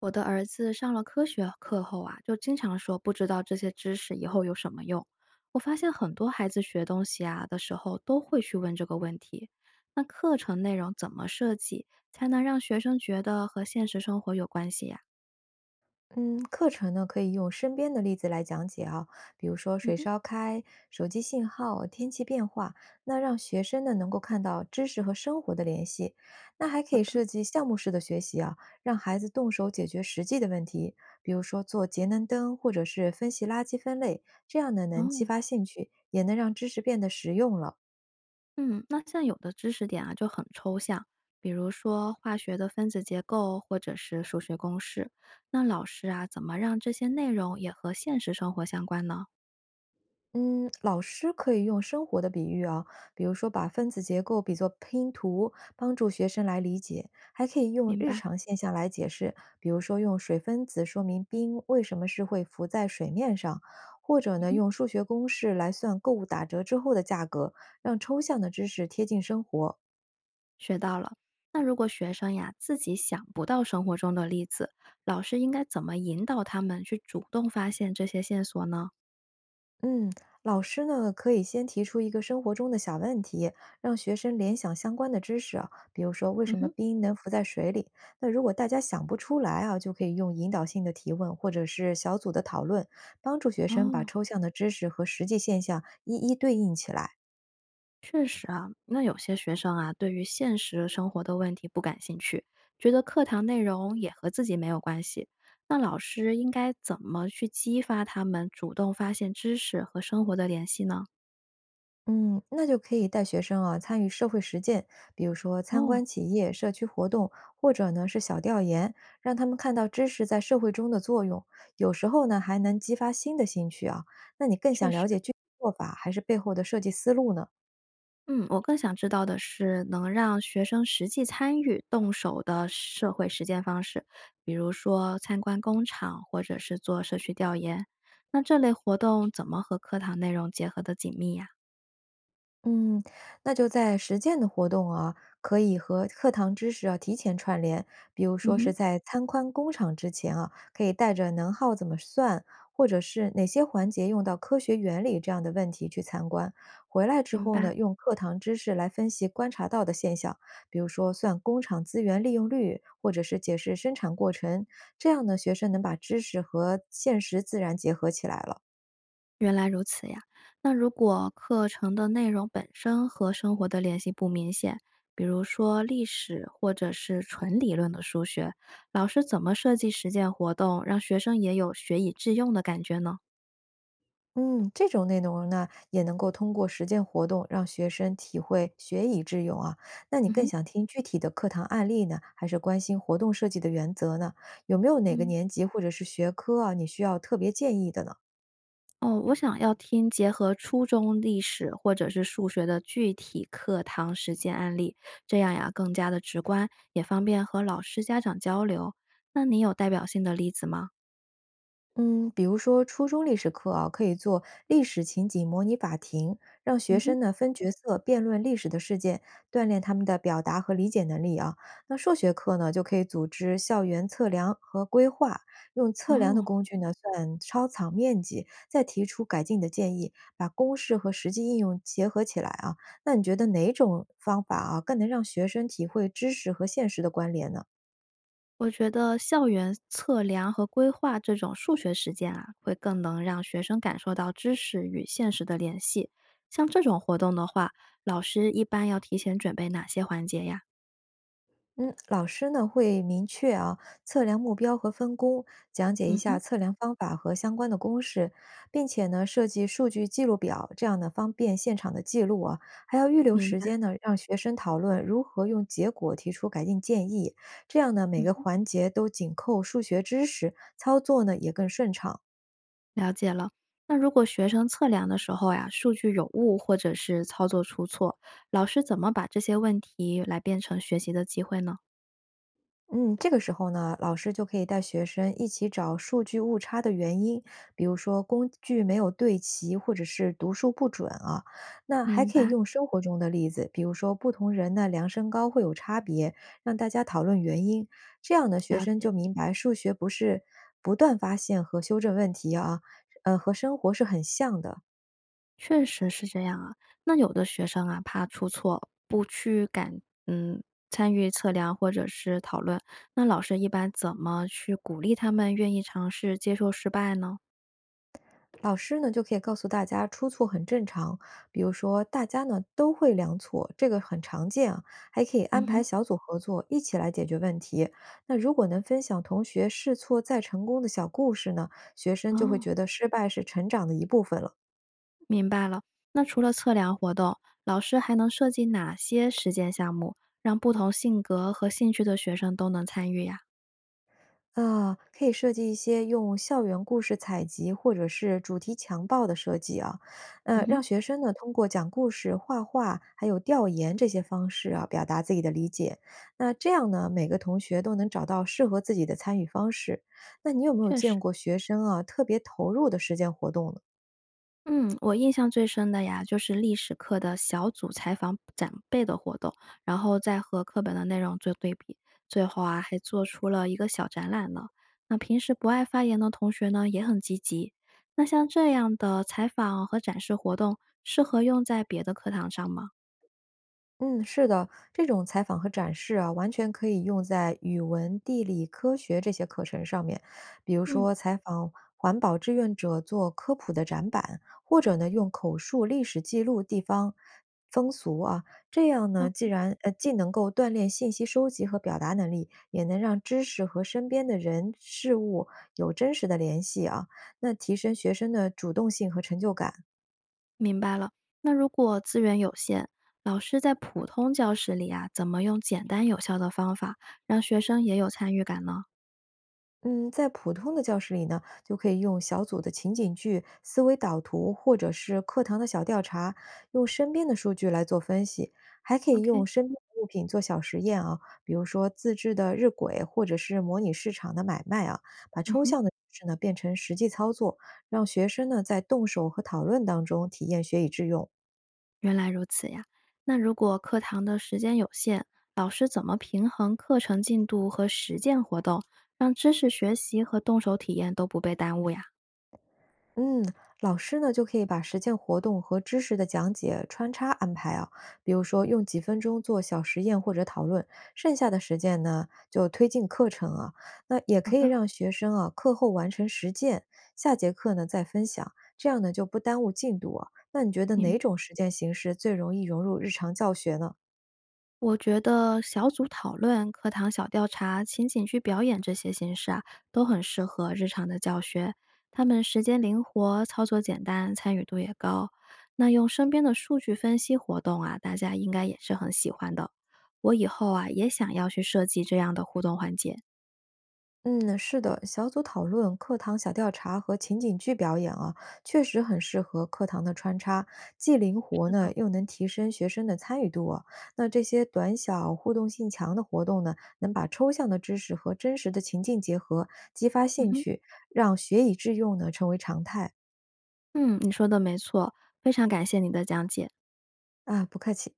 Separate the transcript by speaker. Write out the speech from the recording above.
Speaker 1: 我的儿子上了科学课后啊，就经常说不知道这些知识以后有什么用。我发现很多孩子学东西啊的时候都会去问这个问题。那课程内容怎么设计才能让学生觉得和现实生活有关系呀、
Speaker 2: 嗯，课程呢可以用身边的例子来讲解啊，比如说
Speaker 1: 嗯
Speaker 2: 水
Speaker 1: 哼，
Speaker 2: 烧开、手机信号、天气变化，那让学生呢能够看到知识和生活的联系。那还可
Speaker 1: 好
Speaker 2: 以
Speaker 1: 的，
Speaker 2: 设计项目式的学习啊，让孩子动手解决实际的问题，比如说做节能灯或者是分析垃圾分类，这样呢能激
Speaker 1: 哦，
Speaker 2: 发兴趣，也能让知识变得实用了。
Speaker 1: 嗯，那像有的知识点啊就很抽象，比如说化学的分子结构或者是数学公式。那老师啊，怎么让这些内容也和现实生活相关呢？
Speaker 2: 嗯，老师可以用生活的比喻啊，比如说把分子结构比作拼图，帮助学生来理解；还可以用
Speaker 1: 明
Speaker 2: 日
Speaker 1: 白？
Speaker 2: 常现象来解释，比如说用水分子说明冰为什么是会浮在水面上，或者
Speaker 1: 嗯
Speaker 2: 呢
Speaker 1: 哼。
Speaker 2: 用数学公式来算购物打折之后的价格，让抽象的知识贴近生活。
Speaker 1: 学到了。那如果学生呀自己想不到生活中的例子，老师应该怎么引导他们去主动发现这些线索呢？
Speaker 2: 嗯，老师呢可以先提出一个生活中的小问题，让学生联想相关的知识啊，比如说为
Speaker 1: 嗯
Speaker 2: 什么
Speaker 1: 哼，
Speaker 2: 冰能浮在水里？那如果大家想不出来啊，就可以用引导性的提问或者是小组的讨论，帮助学生把
Speaker 1: 哦，
Speaker 2: 抽象的知识和实际现象一一对应起来。
Speaker 1: 确实啊，那有些学生啊，对于现实生活的问题不感兴趣，觉得课堂内容也和自己没有关系。那老师应该怎么去激发他们主动发现知识和生活的联系呢？
Speaker 2: 嗯，那就可以带学生啊参与社会实践，比如说参
Speaker 1: 哦，
Speaker 2: 观企业、社区活动，或者呢是小调研，让他们看到知识在社会中的作用。有时候呢还能激发新的兴趣啊。那你更
Speaker 1: 确
Speaker 2: 想了
Speaker 1: 实。
Speaker 2: 解具体做法，还是背后的设计思路呢？
Speaker 1: 嗯，我更想知道的是能让学生实际参与动手的社会实践方式，比如说参观工厂或者是做社区调研。那这类活动怎么和课堂内容结合得紧密呀？
Speaker 2: 嗯，那就在实践的活动啊，可以和课堂知识啊提前串联，比如
Speaker 1: 嗯
Speaker 2: 说是
Speaker 1: 哼，
Speaker 2: 在参观工厂之前啊，可以带着能耗怎么算，或者是哪些环节用到科学原理这样的问题去参观。回来之
Speaker 1: 明
Speaker 2: 后
Speaker 1: 白，
Speaker 2: 呢，用课堂知识来分析观察到的现象，比如说算工厂资源利用率，或者是解释生产过程，这样呢，学生能把知识和现实自然结合起来了。
Speaker 1: 原来如此呀。那如果课程的内容本身和生活的联系不明显，比如说历史或者是纯理论的数学，老师怎么设计实践活动，让学生也有学以致用的感觉呢？
Speaker 2: 嗯，这种内容呢，也能够通过实践活动让学生体会学以致用啊。那你
Speaker 1: 嗯
Speaker 2: 更
Speaker 1: 哼，
Speaker 2: 想听具体的课堂案例呢，还是关心活动设计的原则呢？有没有哪个
Speaker 1: 嗯。
Speaker 2: 年级或者是学科啊，你需要特别建议的呢？
Speaker 1: 哦，我想要听结合初中历史或者是数学的具体课堂实践案例，这样呀更加的直观，也方便和老师、家长交流。那你有代表性的例子吗？
Speaker 2: 嗯，比如说初中历史课啊，可以做历史情景模拟法庭，让学
Speaker 1: 嗯哼，
Speaker 2: 生呢分角色辩论历史的事件，锻炼他们的表达和理解能力啊。那数学课呢，就可以组织校园测量和规划，用测量的
Speaker 1: 哦，
Speaker 2: 工具呢算操场面积，再提出改进的建议，把公式和实际应用结合起来啊。那你觉得哪种方法啊，更能让学生体会知识和现实的关联呢？
Speaker 1: 我觉得校园测量和规划这种数学实践啊，会更能让学生感受到知识与现实的联系。像这种活动的话，老师一般要提前准备哪些环节呀？
Speaker 2: 嗯，老师呢会明确啊测量目标和分工，讲解一
Speaker 1: 嗯
Speaker 2: 下
Speaker 1: 哼，
Speaker 2: 测量方法和相关的公式，并且呢设计数据记录表，这样呢方便现场的记录啊，还要预留
Speaker 1: 明
Speaker 2: 时
Speaker 1: 白。
Speaker 2: 间呢让学生讨论如何用结果提出改进建议，这样呢每个
Speaker 1: 嗯。
Speaker 2: 环节都紧扣数学知识，操作呢也更顺畅。
Speaker 1: 了解了。那如果学生测量的时候呀，数据有误或者是操作出错，老师怎么把这些问题来变成学习的机会呢？
Speaker 2: 嗯，这个时候呢，老师就可以带学生一起找数据误差的原因，比如说工具没有对齐，或者是读数不准啊。那还
Speaker 1: 明
Speaker 2: 可以
Speaker 1: 白，
Speaker 2: 用生活中的例子，比如说不同人呢量身高会有差别，让大家讨论原因。这样呢，学
Speaker 1: 了
Speaker 2: 生
Speaker 1: 解，
Speaker 2: 就明白数学不是不断发现和修正问题啊，和生活是很像的。
Speaker 1: 确实是这样啊。那有的学生啊，怕出错，不去敢嗯参与测量或者是讨论，那老师一般怎么去鼓励他们愿意尝试接受失败呢？
Speaker 2: 老师呢就可以告诉大家出错很正常，比如说大家呢都会量错，这个很常见啊，还可以
Speaker 1: 嗯
Speaker 2: 安排
Speaker 1: 哼，
Speaker 2: 小组合作一起来解决问题。那如果能分享同学试错再成功的小故事呢，学生就会
Speaker 1: 哦。
Speaker 2: 觉得失败是成长的一部分了。
Speaker 1: 明白了。那除了测量活动，老师还能设计哪些实践项目，让不同性格和兴趣的学生都能参与呀？
Speaker 2: 啊，可以设计一些用校园故事采集或者是主题强报的设计啊，
Speaker 1: 嗯哼，
Speaker 2: 让学生呢通过讲故事、画画，还有调研这些方式啊，表达自己的理解。那这样呢，每个同学都能找到适合自己的参与方式。那你有没有
Speaker 1: 确实，
Speaker 2: 见过学生啊特别投入的实践活动呢？
Speaker 1: 嗯，我印象最深的呀，就是历史课的小组采访长辈的活动，然后再和课本的内容做对比，最后啊还做出了一个小展览呢。那平时不爱发言的同学呢，也很积极。那像这样的采访和展示活动，适合用在别的课堂上吗？
Speaker 2: 嗯，是的，这种采访和展示啊，完全可以用在语文、地理、科学这些课程上面。比如
Speaker 1: 嗯
Speaker 2: 说，采访环保志愿者做科普的展板，或者呢，用口述历史记录地方风俗啊。这样呢，
Speaker 1: 那。
Speaker 2: 既然既能够锻炼信息收集和表达能力，也能让知识和身边的人事物有真实的联系啊，那提升学生的主动性和成就感。
Speaker 1: 明白了。那如果资源有限，老师在普通教室里啊，怎么用简单有效的方法让学生也有参与感呢
Speaker 2: 嗯，在普通的教室里呢，就可以用小组的情景剧、思维导图，或者是课堂的小调查，用身边的数据来做分析，还可以
Speaker 1: ？OK，
Speaker 2: 用身边的物品做小实验啊，比如说自制的日晷，或者是模拟市场的买卖啊，把
Speaker 1: 嗯
Speaker 2: 抽
Speaker 1: 哼，
Speaker 2: 象的知识呢变成实际操作，让学生呢在动手和讨论当中体验学以致用。
Speaker 1: 原来如此呀。那如果课堂的时间有限，老师怎么平衡课程进度和实践活动，让知识学习和动手体验都不被耽误呀？
Speaker 2: 嗯，老师呢就可以把实践活动和知识的讲解穿插安排啊，比如说用几分钟做小实验或者讨论，剩下的时间呢就推进课程啊。那也
Speaker 1: 好
Speaker 2: 可以
Speaker 1: 的，
Speaker 2: 让学生啊课后完成实践，下节课呢再分享，这样呢就不耽误进度啊。那你觉得
Speaker 1: 明白。
Speaker 2: 哪种实践形式最容易融入日常教学呢？
Speaker 1: 我觉得小组讨论、课堂小调查、情景剧表演这些形式啊，都很适合日常的教学。他们时间灵活，操作简单，参与度也高。那用身边的数据分析活动啊，大家应该也是很喜欢的。我以后啊，也想要去设计这样的互动环节。
Speaker 2: 嗯，是的，小组讨论、课堂小调查和情景剧表演啊，确实很适合课堂的穿插，既灵活呢，又能提升学生的参与度啊。那这些短小、互动性强的活动呢，能把抽象的知识和真实的情境结合，激发
Speaker 1: 嗯
Speaker 2: 兴
Speaker 1: 哼。
Speaker 2: 趣，让学以致用呢成为常态。
Speaker 1: 嗯，你说的没错，非常感谢你的讲解。
Speaker 2: 啊，不客气。